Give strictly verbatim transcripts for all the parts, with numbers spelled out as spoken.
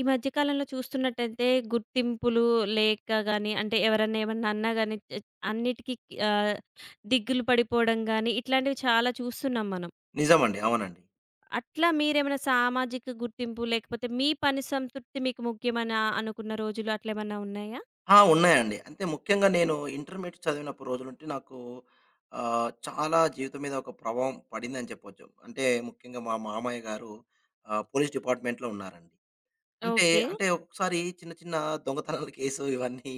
ఈ మధ్య కాలంలో చూస్తున్నట్టయితే గుర్తింపులు లేక గాని, అంటే ఎవరన్నా ఏమన్నా అన్నా గాని చ్ అన్నిటికి ఆహ్, దిగులు పడిపోవడం గాని, ఇట్లాంటివి చాలా చూస్తున్నాం మనం. నిజమండి. అవునండి. అట్లా మీరేమైనా సామాజిక గుర్తింపు లేకపోతే మీ పని సంతృప్తి మీకు ముఖ్యమని అనుకున్న రోజులు అట్లేమన్నా ఉన్నాయా? ఆ! ఉన్నాయండి. అంటే ముఖ్యంగా నేను ఇంటర్మీడియేట్ చదివినప్పుడు రోజులుంటే నాకు ఆహ్, చాలా జీవితం మీద ఒక ప్రభావం పడిందని చెప్పొచ్చు. అంటే ముఖ్యంగా మా మామయ్య గారు ఆహ్, పోలీస్ డిపార్ట్‌మెంట్‌లో ఉన్నారండి. అంటే, ఓకే. అంటే ఒక్కొక్కసారి చిన్న చిన్న దొంగతనాల కేసు ఇవన్నీ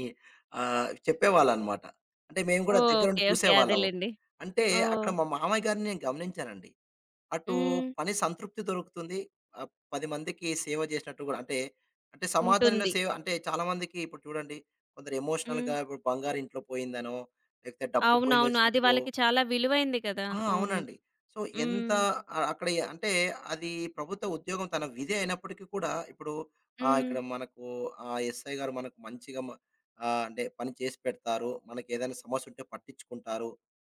ఆహ్, చెప్పేవాళ్ళనమాట. అంటే మేము ఓ, కూడా దగ్గరుండి ఓకే. ఓకే. చూసేవాళ్ళము. అదేలెండి. అంటే అక్కడ ఓహ్! మా మామయ్య గారిని నేను గమనించానండి. అటు హ్మ్. పని సంతృప్తి దొరుకుతుంది. ఆహ్, పది మందికి సేవ చేసినట్టు గూడా అంటే, అంటే సమాజంలో ఉంటుంది. సేవ అంటే చాలామందికి ఇప్పుడు చూడండి కొందరు హ్మ్. ఎమోషనల్‌గా ఇప్పుడు బంగారు ఇంట్లో పోయిందనో, లేకపోతే డబ్బు అవునవును. అది పోయిందొచ్చినప్పుడు వాళ్ళకి చాలా విలువైంది కదా! ఆ! అవును. అవునండి. సో, ఎంత హ్మ్. ఆహ్, అక్కడ ఎ అంటే అది ప్రభుత్వ ఉద్యోగం తన విధి అయినప్పటికీ కూడా ఇప్పుడు ఆహ్, హ్మ్. ఇక్కడ మనకు ఆహ్, ఎస్ఐ గారు మనకు మంచిగా మ ఆహ్, అంటే పని చేసి పెడతారు. మనకేదైనా సమస్య ఉంటే పట్టించుకుంటారు.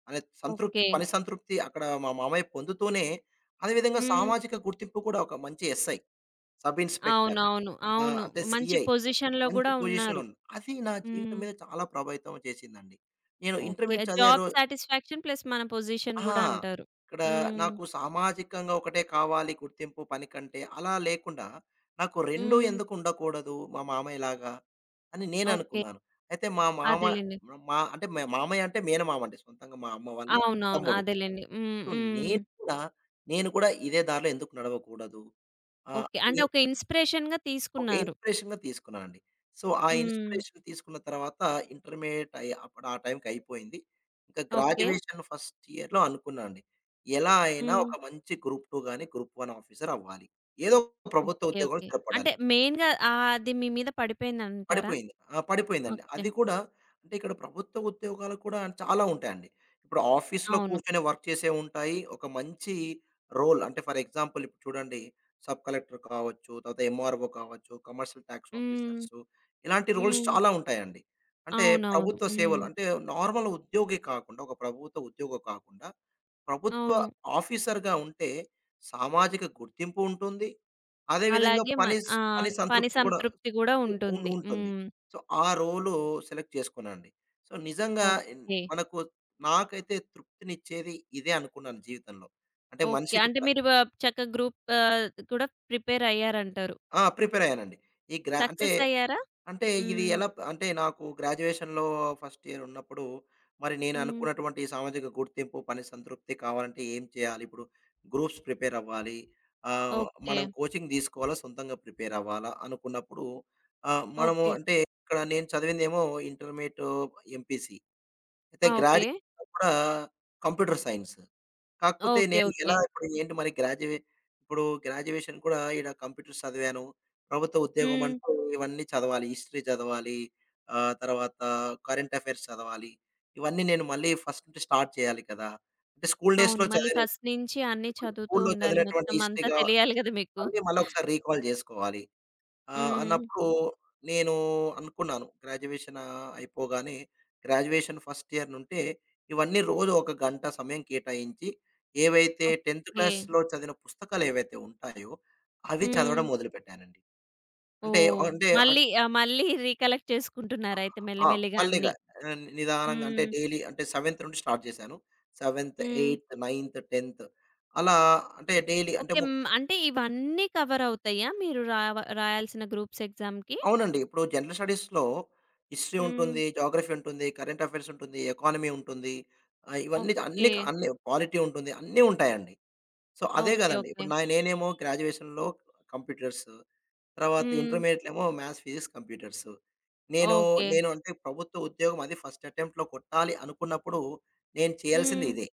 అనే సంతృప్తి ఓకే. పని సంతృప్తి అక్కడ మా మామయ్య పొందుతూనే, అదేవిధంగా హ్మ్. సామాజిక గుర్తింపు కూడా ఒక మంచి ఎస్ఐ, సబ్ ఇన్స్‌పెక్టర్ అవునవును. ఆహ్, అవును. అంటే మంచి సీఐ పొజిషన్‌లో మంచి గూడా పొజిషన్‌లో ఉన్నారు. ఉంది. అది నా జీవితం హ్మ్. మీద చాలా ప్రభావితం చేసిందండి. నేను ఓకే. ఇంటర్మీడియేట్ చదివే జాబ్ రో సాటిస్ఫాక్షన్ ప్లస్ మన పొజిషన్ అహా! గూడా అంటారు. ఇక్కడ హ్మ్. నాకు సామాజికంగా ఒకటే కావాలి గుర్తింపు పని కంటే, అలా లేకుండా నాకు రెండు హ్మ్. ఎందుకు ఉండకూడదు మా మామయ్యలాగా అని ఓకే. నేననుకున్నాను. అయితే మా మామ అదేలెండి. మా అంటే మా మామయ్య అంటే మేనమామ అండి. సొంతంగా మా అమ్మ వాళ్ళ అవునవును. తమ్ముడు. అదేలెండి. హ్మ్. సో, హ్మ్. నేను కూడా నేను కూడా ఇదే దారిలో ఎందుకు నడవకూడదు? ఆహ్, ఓకే. అంటే అని ఒక ఇన్‌స్పిరేషన్‌గా ఒక తీసుకున్నారు. ఇన్‌స్పిరేషన్‌గా తీసుకున్నానండి. సో, ఆ హ్మ్. ఇన్‌స్పిరేషన్ తీసుకున్న తర్వాత ఇంటర్మీడియేట్ అయి అప్పుడు ఆ టైంకి అయిపోయింది. ఇంకా ఓకే. గ్రాడ్యుయేషన్ ఫస్ట్ ఇయర్‌లో అనుకున్నా అండి. ఎలా అయినా హ్మ్. ఒక మంచి గ్రూప్ టూ గాని, గ్రూప్ వన్ ఆఫీసర్ అవ్వాలి. ఏదో ఒక ప్రభుత్వ ఓకే. ఉద్యోగంలో ఓకే. స్థిరపడాలి. అంటే మెయిన్‌గా ఆహ్, అది మీ మీద పడిపోయిందంటారా? పడిపోయింది. ఆ! పడిపోయిందండి. ఓకే. అది కూడా అంటే ఇక్కడ ప్రభుత్వ ఉద్యోగాలు కూడా చాలా ఉంటాయండి. ఇప్పుడు ఆఫీస్‌లో అవును. కూర్చొని వర్క్ చేసేవి ఉంటాయి. ఒక మంచి రోల్ అంటే ఫర్ ఎగ్జాంపుల్ ఇప్పుడు చూడండి సబ్ కలెక్టర్ కావచ్చు, తర్వాత ఎంఆర్ఓ కావచ్చు, కమర్షియల్ టాక్స్ హ్మ్. ఆఫీసర్సు ఇలాంటి రోల్స్ హ్మ్. చాలా ఉంటాయండి. అంటే అవునవును. ప్రభుత్వ సేవలు హ్మ్. అంటే నార్మల్ ఉద్యోగి కాకుండా ఒక ప్రభుత్వ ఉద్యోగి కాకుండా ప్రభుత్వ అవును. ఆఫీసర్‌గా ఉంటే సామాజిక గుర్తింపు ఉంటుంది. అదే విధంగా అలాగే మ పని స్ ఆ! పని పని సంతృప్తి కూడా సంతృప్తి గూడా ఉం ఉంటుంది. ఉంటుంది. హ్మ్. సో, ఆ రోలు సెలెక్ట్ చేసుకున్నానండి. సో, నిజంగా ఎన్ ఓకే. మనకు నాకైతే తృప్తినిచ్చేది ఇదే అనుకున్నాను జీవితంలో. అంటే ఓకే. మనిషికి అంటే ప్ర మీరు వ చక్కగా గ్రూప్ ఆహ్, కూడా ప్రిపేర్ అయ్యారంటారు. ఆ! ప్రిపేర్ అయ్యానండి. ఈ గ్రా అంటే సక్సెస్ అయ్యారా? అంటే ఇది హ్మ్. ఎలా ప అంటే నాకు గ్రాడ్యుయేషన్‌లో ఫస్ట్ ఇయర్ ఉన్నప్పుడు, మరి నేను హ్మ్. అనుకున్నటువంటి ఈ సామాజిక గుర్తింపు, పని సంతృప్తి కావాలంటే ఏం చేయాలి? ఇప్పుడు గ్రూప్స్ ప్రిపేర్ అవ్వాలి. ఆహ్, ఓకే. మనం కోచింగ్ తీసుకోవాలా? సొంతంగా ప్రిపేర్ అవ్వాలా? అనుకున్నప్పుడు ఆహ్, మనము ఓకే. అంటే ఇక్కడ నేను చదివిందేమో ఇంటర్మీడియేట్ ఎంపీసీ. అయితే ఆ! ఓకే. గ్రాడ్యుయేషన్ కూడా కంప్యూటర్ సైన్స్. కాకపోతే ఓకే. నేను ఓకే. ఎలా ఇప్పుడు ఏంటి మరి గ్రాడ్యుయే ఇప్పుడు గ్రాడ్యుయేషన్ కూడా ఈడ కంప్యూటర్స్ చదివాను. ప్రభుత్వ ఉద్యోగం హ్మ్. అంటూ ఇవన్నీ చదవాలి. హిస్టరీ చదవాలి. ఆహ్, తర్వాత కరెంట్ అఫైర్స్ చదవాలి. ఇవన్నీ నేను మళ్ళీ ఫస్ట్ నుంచి స్టార్ట్ చేయాలి కదా! అంటే స్కూల్ డేస్‌లో అవును. మళ్ళీ చదివినవి ఫస్ట్ నుంచి అన్నీ ఇప్పుడు చదువుతూ స్కూల్‌లో ఉండాలి. చదివినటువంటి మొత్తం అంతా హిస్టరీగా తెలియాలి గదా మీకు. మళ్ళీ మళ్ళొకసారి రీకాల్ జేసుకోవాలి. ఆ! హ్మ్. అన్నప్పుడు నేను అనుకున్నాను. గ్రాడ్యుయేషన్ ఆహ్, అయిపోగానే గ్రాడ్యుయేషన్ ఫస్ట్ ఇయర్ నుంటే ఇవన్నీ రోజు ఒక గంట సమయం కేటాయించి ఏవైతే టెన్త్ ఓకే. క్లాస్‌లో చదివిన పుస్తకాలు ఏవైతే ఉంటాయో అవి హ్మ్. చదవడం మొదలుపెట్టానండి. అంటే ఓహ్! అంటే అన్ మళ్ళీ ఆహ్, మళ్ళీ రీకలెక్ట్ చేసుకుంటున్నారయితే ఆ! మెల్లిమెల్లిగా మెల్లిగా అన్నీ. ఆహ్, నిదానంగా అంటే హ్మ్. డైలీ అంటే సెవెన్త్ నుండి స్టార్ట్ చేశాను. సెవెన్త్ హ్మ్. ఎయిత్ నైన్త్ టెన్త్ అలా అంటే డైలీ అంటే ఓకే. హ్మ్. ముఖ్యంగా అంటే ఇవన్నీ కవర్ అవుతాయా? మీరు రావ రాయాల్సిన గ్రూప్స్ ఎగ్జామ్‌కి? అవునండి. ఇప్పుడు జనరల్ స్టడీస్‌లో హిస్టరీ హ్మ్. ఉంటుంది, జియోగ్రఫీ ఉంటుంది, కరెంట్ అఫైర్స్ ఉంటుంది, ఎకానమీ ఉంటుంది. ఆహ్, ఇవన్నీ ఓకే. అన్ని అన్ని పాలిటీ ఉంటుంది. అన్నీ ఉంటాయండి. సో, అదే ఓకే. గదండీ! ఓకే. ఇప్పుడు నా నేనేమో గ్రాడ్యుయేషన్‌లో కంప్యూటర్స్, తర్వాత హ్మ్. ఇంటర్మీడియేట్‌లేమో మ్యాథ్స్, ఫిజిక్స్, కంప్యూటర్స్. నేను, ఓకే. నేను అంటే ప్రభుత్వ ఉద్యోగం అది ఫస్ట్ అటెంప్ట్‌లో కొట్టాలి అనుకున్నప్పుడు నేను చేయాల్సింది హ్మ్. ఇదే.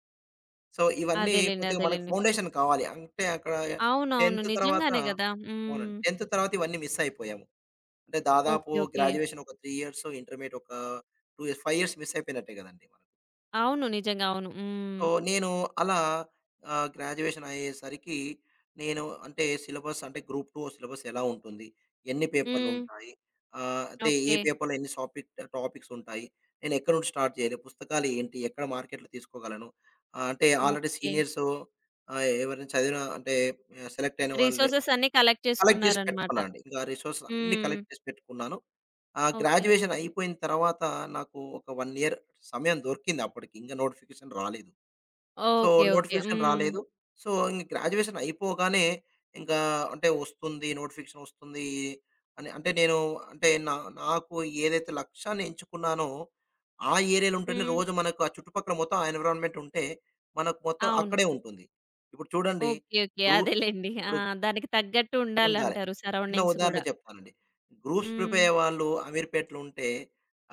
సో, ఇవన్నీ అదేలెండి. కొద్దిగా మనకు అదేలెండి. ఫౌండేషన్ కావాలి. అంటే అక్కడ అవునవును. టెన్త్ తర్వాత నిజంగానే గదా! అవునండి. హ్మ్. టెన్త్ తర్వాత ఇవన్నీ మిస్ అయిపోయాము. అంటే దాదాపు ఓకే. ఓకే. గ్రాడ్యుయేషన్ ఒక మూడు ఇయర్స్, ఇంటర్మీడియేట్ ఒక రెండు ఇయర్స్, ఐదు ఇయర్స్ మిస్ అయిపోయినట్టే కదండీ మనకు. అవును. నిజంగా అవును. హ్మ్. సో, నేను అలా ఆహ్, గ్రాడ్యుయేషన్ అయ్యేసరికి నేను అంటే సిలబస్ అంటే గ్రూప్ టూ సిలబస్ ఎలా ఉంటుంది? ఎన్ని హ్మ్. పేపర్‌లుంటాయి? ఆహ్, అయితే ఏ ఓకే. పేపర్‌లో ఎన్ని సాపిక్ టాపిక్స్ ఉంటాయి? నేను ఎక్కడ నుండి స్టార్ట్ చేయాలి? పుస్తకాలు ఏంటి? ఎక్కడ మార్కెట్‌లో తీసుకోగలను? ఆహ్, అంటే ఆల్రెడీ ఓకే. సీనియర్స్ ఆహ్, ఎవరైనా చదివిన అంటే సెలెక్ట్ అయిన వాళ్ళే రిసోర్సెస్ అన్నీ కలెక్ట్ కలెక్ట్ చేసి చేసుకున్నారనమాట. పెట్టుకున్నా అండి. ఇంకా రిసోర్సెస్ అన్నీ హ్మ్. కలెక్ట్ చేసి పెట్టుకున్నాను. ఆ! ఓకే. గ్రాడ్యుయేషన్ అయిపోయిన తర్వాత నాకు ఒక ఒకటి ఇయర్ సమయం దొరికింది అప్పటికి. ఇంక నోటిఫికేషన్ రాలేదు. So, okay. ఓకే. నోటిఫికేషన్ హ్మ్. రాలేదు. సో, ఇంక గ్రాడ్యుయేషన్ అయిపోగానే ఇంకా అంటే వస్తుంది, నోటిఫికేషన్ వస్తుంది అని అంటే నేను అంటే నా నాకు ఏదైతే లక్ష్యాన్ని ఎంచుకున్నానో ఆ ఏరియాలో ఉంటేనే హ్మ్. రోజు మనకు ఆ చుట్టుపక్కల మొత్తం ఆ ఎన్విరాన్మెంట్ ఉంటే మనకు మొత్తం అవును. అక్కడే ఉంటుంది. ఇప్పుడు చూడండి ఓకే. ఓకే. గ్రూప్ అదేలెండి. ఆ! ఇప్పుడు దానికి తగ్గట్టు ఉండాలి. ఉండాలంటారు చిన్న సరౌండింగ్స్ ఉదాహరణ గూడా. చెప్తానండి. గ్రూప్స్ హ్మ్. ప్రిపేర్ అయ్యేవాళ్ళు అమీర్‌పేట‌లో ఉంటే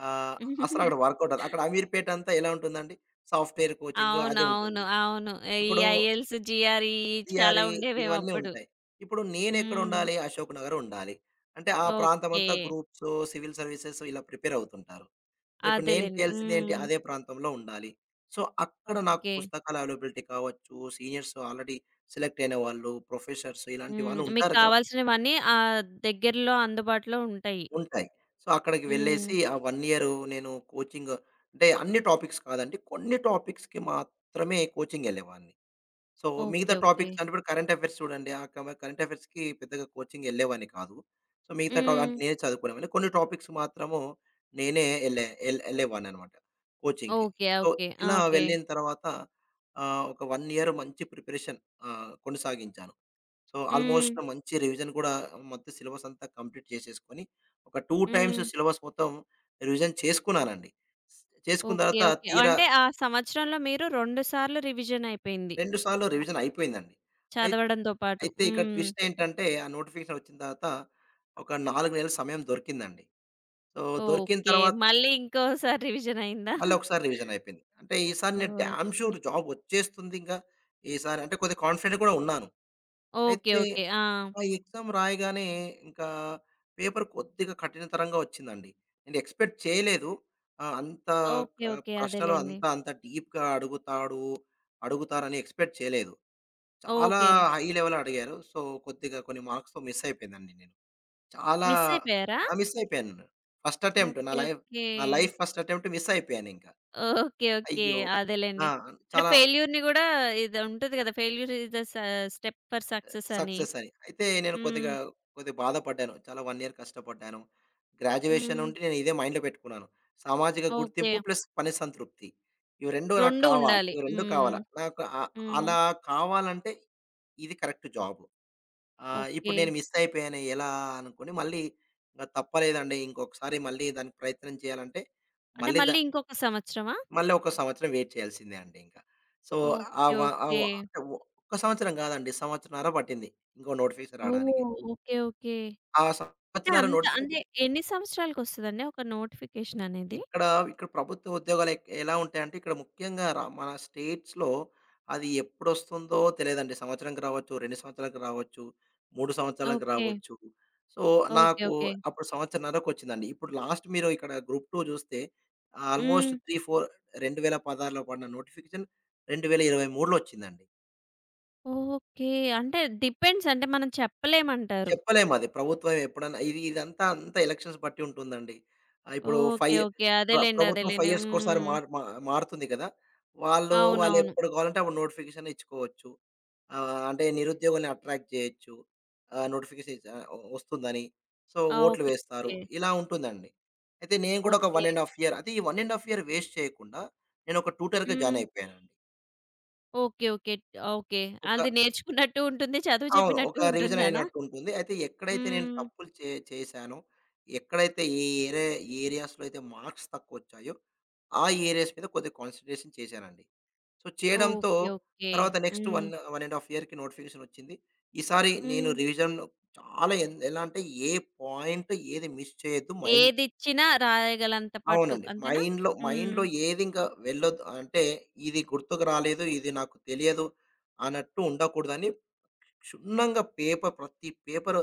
ఆహ్, అసలు అక్కడ వర్కౌట్ అవ్వదు. అక్కడ అమీర్‌పేట అంతా ఎలా ఉంటుందండి? సాఫ్ట్‌వేర్ కోచింగ్ అది అవునవును. ఉంటుంది. అవును. అవును. ఈ ఇప్పుడు ఐఎల్స్, జీఆర్ఈ చాలా థియరీ ఉండేవేమో ఇవన్నీ అప్పుడు. ఉంటాయి. ఇప్పుడు నేనెక్కడ హ్మ్. ఉండాలి? అశోక్ నగర్ ఉండాలి. అంటే ఆ ఓకే. ప్రాంతమంతా గ్రూప్స్, సివిల్ సర్వీసెస్ ఇలా ప్రిపేర్ అవుతుంటారు. సో, ఇప్పుడు నేను అదేలెండి. చేయాల్సింది ఏంటి? హ్మ్. అదే ప్రాంతంలో ఉండాలి. సో, అక్కడ నాకు ఓకే. పుస్తకాల అవైలబిలిటీ కావచ్చు, సీనియర్స్ ఆల్రెడీ సెలెక్ట్ అయిన వాళ్ళు, ప్రొఫెసర్స్ ఇలాంటి హ్మ్. వాళ్ళు మీకు ఉంటారు కాబట్టి కావాల్సినవన్నీ ఆహ్, దగ్గరలో అందుబాటులో ఉంటాయి. ఉంటాయి. సో, అక్కడికి హ్మ్. వెళ్ళేసి ఆ ఒన్ ఇయరు నేను కోచింగ్ అంటే అన్ని టాపిక్స్ కాదండి. కొన్ని టాపిక్స్‌కి మాత్రమే కోచింగ్‌కెళ్ళేవాడిని. సో, మిగతా ఓకే. ఓకే. టాపిక్స్ అంటే ఇప్పుడు కరెంట్ అఫైర్స్ చూడండి. ఆ కమ కరెంట్ అఫైర్స్‌కి పెద్దగా కోచింగ్‌కెళ్ళేవాడిని కాదు. సో, మిగతా టా హ్మ్. అంటే నేనే చదువుకునేవాడిని. కొన్ని టాపిక్స్ మాత్రము నేనే ఎళ్ళే ఎల్ ఎళ్ళేవాడిననమాట కోచింగ్‌కి. ఓకే. So, okay. ఆ! ఇలా ఓకే. వెళ్ళిన తర్వాత ఆహ్, ఒక ఒన్ ఇయర్ మంచి ప్రిపరేషన్ ఆహ్, కొనసాగించాను. సో, హ్మ్. ఆల్మోస్ట్ మంచి రివిజన్ కూడా మొత్తం సిలబస్ అంతా కంప్లీట్ చేసేసుకొని, ఒక రెండు టైమ్స్ హ్మ్. సిలబస్ మొత్తం రివిజన్ చేసుకున్నానండి. చేసుకున్న ఓకే. తర్వాత ఓకే. తీరా అంటే ఆ సంవత్సరంలో మీరు రెండు సార్లు రివిజన్ అయిపోయింది. రెండు సార్లు రివిజన్ అయిపోయిందండి. అయి చదవడంతో పాటు. అయితే ఇక్కడ హ్మ్. ట్విస్ట్ ఏంటంటే, ఆ నోటిఫికేషన్ వచ్చిన తర్వాత ఒక నాలుగు నెలల సమయం దొరికిందండి. సో, దొరికిన ఓకే. తర్వాత మళ్ళీ ఇంకోసారి రివిజన్ అయిందా? మళ్ళీ ఒకసారి రివిజన్ అయిపోయింది. అంటే ఈసారి నేను డామ్ ఓకే. షూర్ జాబ్ వచ్చేస్తుందింక. ఈసారి అంటే కొద్దిగా కాన్ఫిడెంట్ కూడా ఉన్నాను. ఓకే. అయితే ఓకే. ఆ! ఆ ఎగ్జామ్ రాయగానే ఇంకా పేపర్ కొద్దిగా కఠినతరంగా వచ్చిందండి. నేను ఎక్స్‌పెక్ట్ చేయలేదు. ఆహ్, అంత ఓకే. ఆహ్, ఓకే. ప్రశ్నలు అదేలెండి. అంత అంత డీప్‌గా అడుగుతాడు అడుగుతారని ఎక్స్‌పెక్ట్ చేయలేదు. చాలా ఓకే. హై లెవెల్ అడిగారు. సో, కొద్దిగా కొన్ని మార్క్స్‌తో మిస్ అయిపోయిందండి నేను. చాలా మిస్ అయిపోయారా? ఆ! మిస్ అయిపోయాను. ఫస్ట్ అటెంప్ట్ నా ఓకే. Life okay. నా లైఫ్ ఫస్ట్ అటెంప్ట్ మిస్ అయిపోయానింకా. ఓకే. ఓకే. అయ్యో! ఆ! అదేలెండి. అంటే చాలా ఫెయిల్యూర్‌ని గూడా ఇది ఉంటది కదా! ఫెయిల్యూర్ ఈస్ ద స స్టెప్ ఫర్ సక్సెస్ అని. సక్సెస్ అని. అయితే నేను హ్మ్. కొద్దిగా, కొద్దిగా బాధపడ్డాను. చాలా ఒన్ ఇయర్ కష్టపడ్డాను. గ్రాడ్యుయేషన్ హ్మ్. నుండి నేను ఇదే మైండ్‌లో పెట్టుకున్నాను. సామాజిక ఓకే. గుర్తింపు ప్లస్ పని సంతృప్తి. ఇవి రెండు నాకు రెండు కావాలి. ఉండాలి. ఇవి రెండు హ్మ్. కావాలా. నాకు అ హ్మ్. అలా కావాలంటే ఇది కరెక్ట్ జాబ్. ఆహ్, ఓకే. ఇప్పుడు నేను మిస్ అయిపోయాను ఎలా అనుకోని మళ్ళీ ఇంక తప్పలేదండి. ఇంకొకసారి మళ్ళీ దానికి ప్రయత్నం చేయాలంటే అంటే మళ్ళీ ద మళ్ళీ ఇంకొక సంవత్సరమా? మళ్ళీ ఒక సంవత్సరం వెయిట్ చేయాల్సిందే అండి ఇంక. సో, ఆ ఓకే. వ ఆ వ ఓకే. అంటే ఒ- ఒక్క సంవత్సరం కాదండి. సంవత్సరన్నర పట్టింది. ఇంకో నోటిఫికేషన్ ఓహ్! రాడానికి. ఓకే. ఓకే. ఆ అంటే సంవత్సరాల అంత నోటిఫై అంటే ఎన్ని సంవత్సరాలకొస్తదండి ఒక నోటిఫికేషన్ అనేది? ఇక్కడ ఇక్కడ ప్రభుత్వ ఉద్యోగాలు ఎక్ ఎలా ఉంటాయంటే ఇక్కడ ముఖ్యంగా రా మన స్టేట్స్‌లో అది ఎప్పుడొస్తుందో తెలియదండి. సంవత్సరానికి రావచ్చు, రెండు సంవత్సరాలకు రావచ్చు, మూడు సంవత్సరాలకు ఓకే. రావచ్చు. So, okay. నాకు ఓకే. అప్పుడు సంవత్సరన్నరకొచ్చిందండి. ఇప్పుడు లాస్ట్ మీరు ఇక్కడ గ్రూప్ రెండు చూస్తే హ్మ్. ఆల్మోస్ట్ మూడు, నాలుగు రెండువేల పదహారులో పడిన నోటిఫికేషన్ రెండువేల ఇరవై మూడులో వచ్చిందండి. ఓకే. అంటే డిపెండ్స్ అంటే మనం చెప్పలేమంటారు. చెప్పలేమది. ప్రభుత్వం ఎప్పుడన్నా ఇది ఇదంతా అంతా ఎలక్షన్స్ బట్టి ఉంటుందండి. ఆహ్, ఇప్పుడు ఓకే. 5 ఓకే. ప్ర అదేలెండి. ప్రభుత్వం ఐదు అదేలెండి. ఇయర్స్‌కోసారి హ్మ్. మార్ మా మారుతుంది కదా! వాళ్ళు అవునవును. వాళ్ళెప్పుడు కావాలంటే అప్పుడు నోటిఫికేషన్ ఇచ్చుకోవచ్చు. ఆహ్, అంటే నిరుద్యోగుల్ని అట్రాక్ట్ చేయొచ్చు. ఆహ్, నోటిఫికేషన్ ఇచ్ ఆహ్, ఒ వస్తుందని. సో, ఆ! ఓట్లు ఓకే. వేస్తారు. ఓకే. ఇలా ఉంటుందండి. అయితే నేను కూడా ఒక ఓకే. ఒకటిన్నర ½ ఇయర్ అయితే ఈ ఒకటిన్నర ½ ఇయర్ వేస్ట్ చేయకుండా నేనొక ట్యూటర్‌గా జాయిన్ హ్మ్. అయిపోయానండి. ఓకే. ఓకే. ఓకే. ఒక అది నేర్చుకున్నట్టు ఉంటుంది. చదువు అవును. ఒక చెప్పినట్టు రివిజన్ ఉంటుందనా? అయినట్టుంటుంది. అయితే ఎక్కడైతే నేను హ్మ్. తప్పులు చే చేశానో, ఎక్కడైతే ఏ ఏరే ఏరియాస్‌లో అయితే మార్క్స్ తక్కువొచ్చాయో, ఆ ఏరియాస్ మీద కొద్దిగా కాన్సంట్రేషన్ చేశానండి. సో, చేయడంతో ఓకే. ఓకే. తర్వాత నెక్స్ట్ హ్మ్. ఒకటి, ఒకటిన్నర ½ ఇయర్‌కి నోటిఫికేషనొచ్చింది. ఈసారి నేను హ్మ్. రివిజన్ చాలా ఎన్ ఎలా అంటే ఏ పాయింట్ ఏది మిస్ చేయొద్దు మైండ్ ఏదిచ్చినా రాయగలంత పట్టు అవునండి. అంతేనా? మైండ్‌లో హ్మ్. మైండ్‌లో ఏది ఇంకా వెళ్ళొద్దు. అంటే ఇది గుర్తుకు రాలేదు, ఇది నాకు తెలియదు అన్నట్టు ఉండకూడదని క్షుణ్ణంగా పేపర్ ప్రతి పేపర్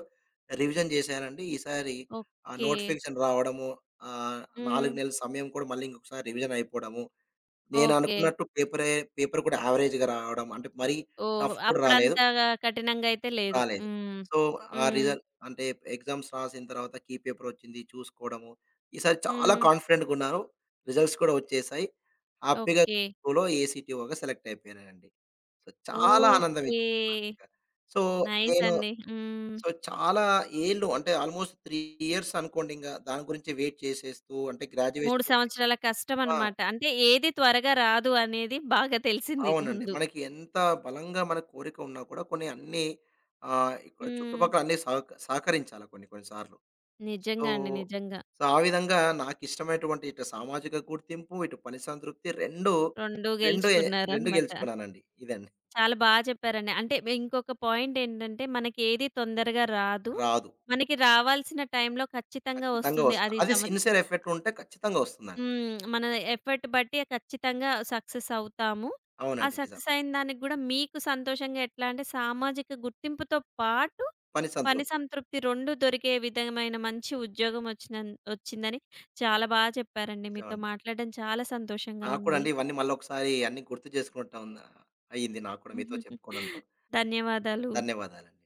రివిజన్ చేశానండి. ఈసారి ఆ ఓకే. నోటిఫికేషన్ రావడము, ఆహ్, హ్మ్. నాలుగు నెలల సమయం కూడా మళ్ళీ ఇంకొకసారి రివిజన్ అయిపోవడము. నేను ఓకే. అనుకున్నట్టు పేపరే పేపర్ కూడా యావరేజ్‌గా రావడం. అంటే మరీ ఓహ్! టఫ్ కూడా రాలేదు. అప్పుడంతగా కఠినంగా అయితే లేదు. రాలేదు. హ్మ్. సో, ఆ హ్మ్. రిజల్ట్ అంటే ఎగ్జామ్స్ రాసిన తర్వాత కీ పేపర్ వచ్చింది చూసుకోవడము. ఈసారి చాలా హ్మ్. కాన్ఫిడెంట్‌గా ఉన్నాను. రిజల్ట్స్ కూడా వచ్చేసాయి. హ్యాపీగా ఓకే. స్కూల్‌లో ఏసీటీఓగా సెలెక్ట్ అయిపోయానండి. సో, చాలా ఆనందం ఓకే. ఇచ్చింది నాకిక. సో, నైస్ నేను అండి. హ్మ్. సో, చాలా ఏళ్ళు అంటే ఆల్మోస్ట్ మూడు ఇయర్స్ అనుకోండి ఇంగ. దాని గురించి వెయిట్ చేసేస్తూ అంటే మూడు గ్రాడ్యుయేషన్ సంవత్సరాల ఆ! కష్టమనమాట. అంటే ఏది త్వరగా రాదు అనేది బాగా తెలిసింది అవునండి. ముందు. మనకి ఎంత బలంగా మన కోరిక ఉన్నా కూడా కొన్ని అన్నీ ఆహ్, ఇక్కడ హ్మ్. చుట్టుపక్కల అన్నీ సహక సహకరించాలి కొన్ని కొన్ని సార్లు. సో, నిజంగా అండి. నిజంగా. సో, ఆ విధంగా నాకిష్టమైనటువంటి ఇటు సామాజిక గుర్తింపు, ఇటు పని సంతృప్తి రెండు, రెండూ రెండు ఎ రెండు గెలుచుకున్నారనమాట. గెలుచుకున్నానండి. ఇదండి. చాలా బా చెప్పారండి. అంటే ఇంకొక పాయింట్ ఏంటంటే మనకేది తొందరగా రాదు. రాదు. మనకి రావాల్సిన టైంలో ఖచ్చితంగా ఖచ్చితంగా వస్తుంది. వస్తా. అది అది సంవత్సరం. సిన్సియర్ ఎఫర్ట్ ఉంటే ఖచ్చితంగా వస్తుందండి. హ్మ్. మన ఎఫర్ట్ బట్టి ఖచ్చితంగా సక్సెస్ అవుతాము. ఆ అవునండి. నిజం. సక్సెస్ అయిన దానికి గూడా మీకు సంతోషంగా ఎట్లా అంటే సామాజిక గుర్తింపుతో పాటు పని పని సంతృప్తి. సంతృప్తి రెండూ దొరికే విధమైన మంచి ఉద్యోగం వచ్చినన్ వచ్చిందని చాలా బాగా చెప్పారండి. మీతో నిజమండి. మాట్లాడడం చాలా సంతోషంగా నాకు కూడా ఉంది. అండి. ఇవన్నీ మళ్ళొకసారి అన్నీ గుర్తు చేసుకుంటా ఉన్నా అయింది నాకు కూడా మీతో చెప్పుకోవడంతో. ధన్యవాదాలు. ధన్యవాదాలండి.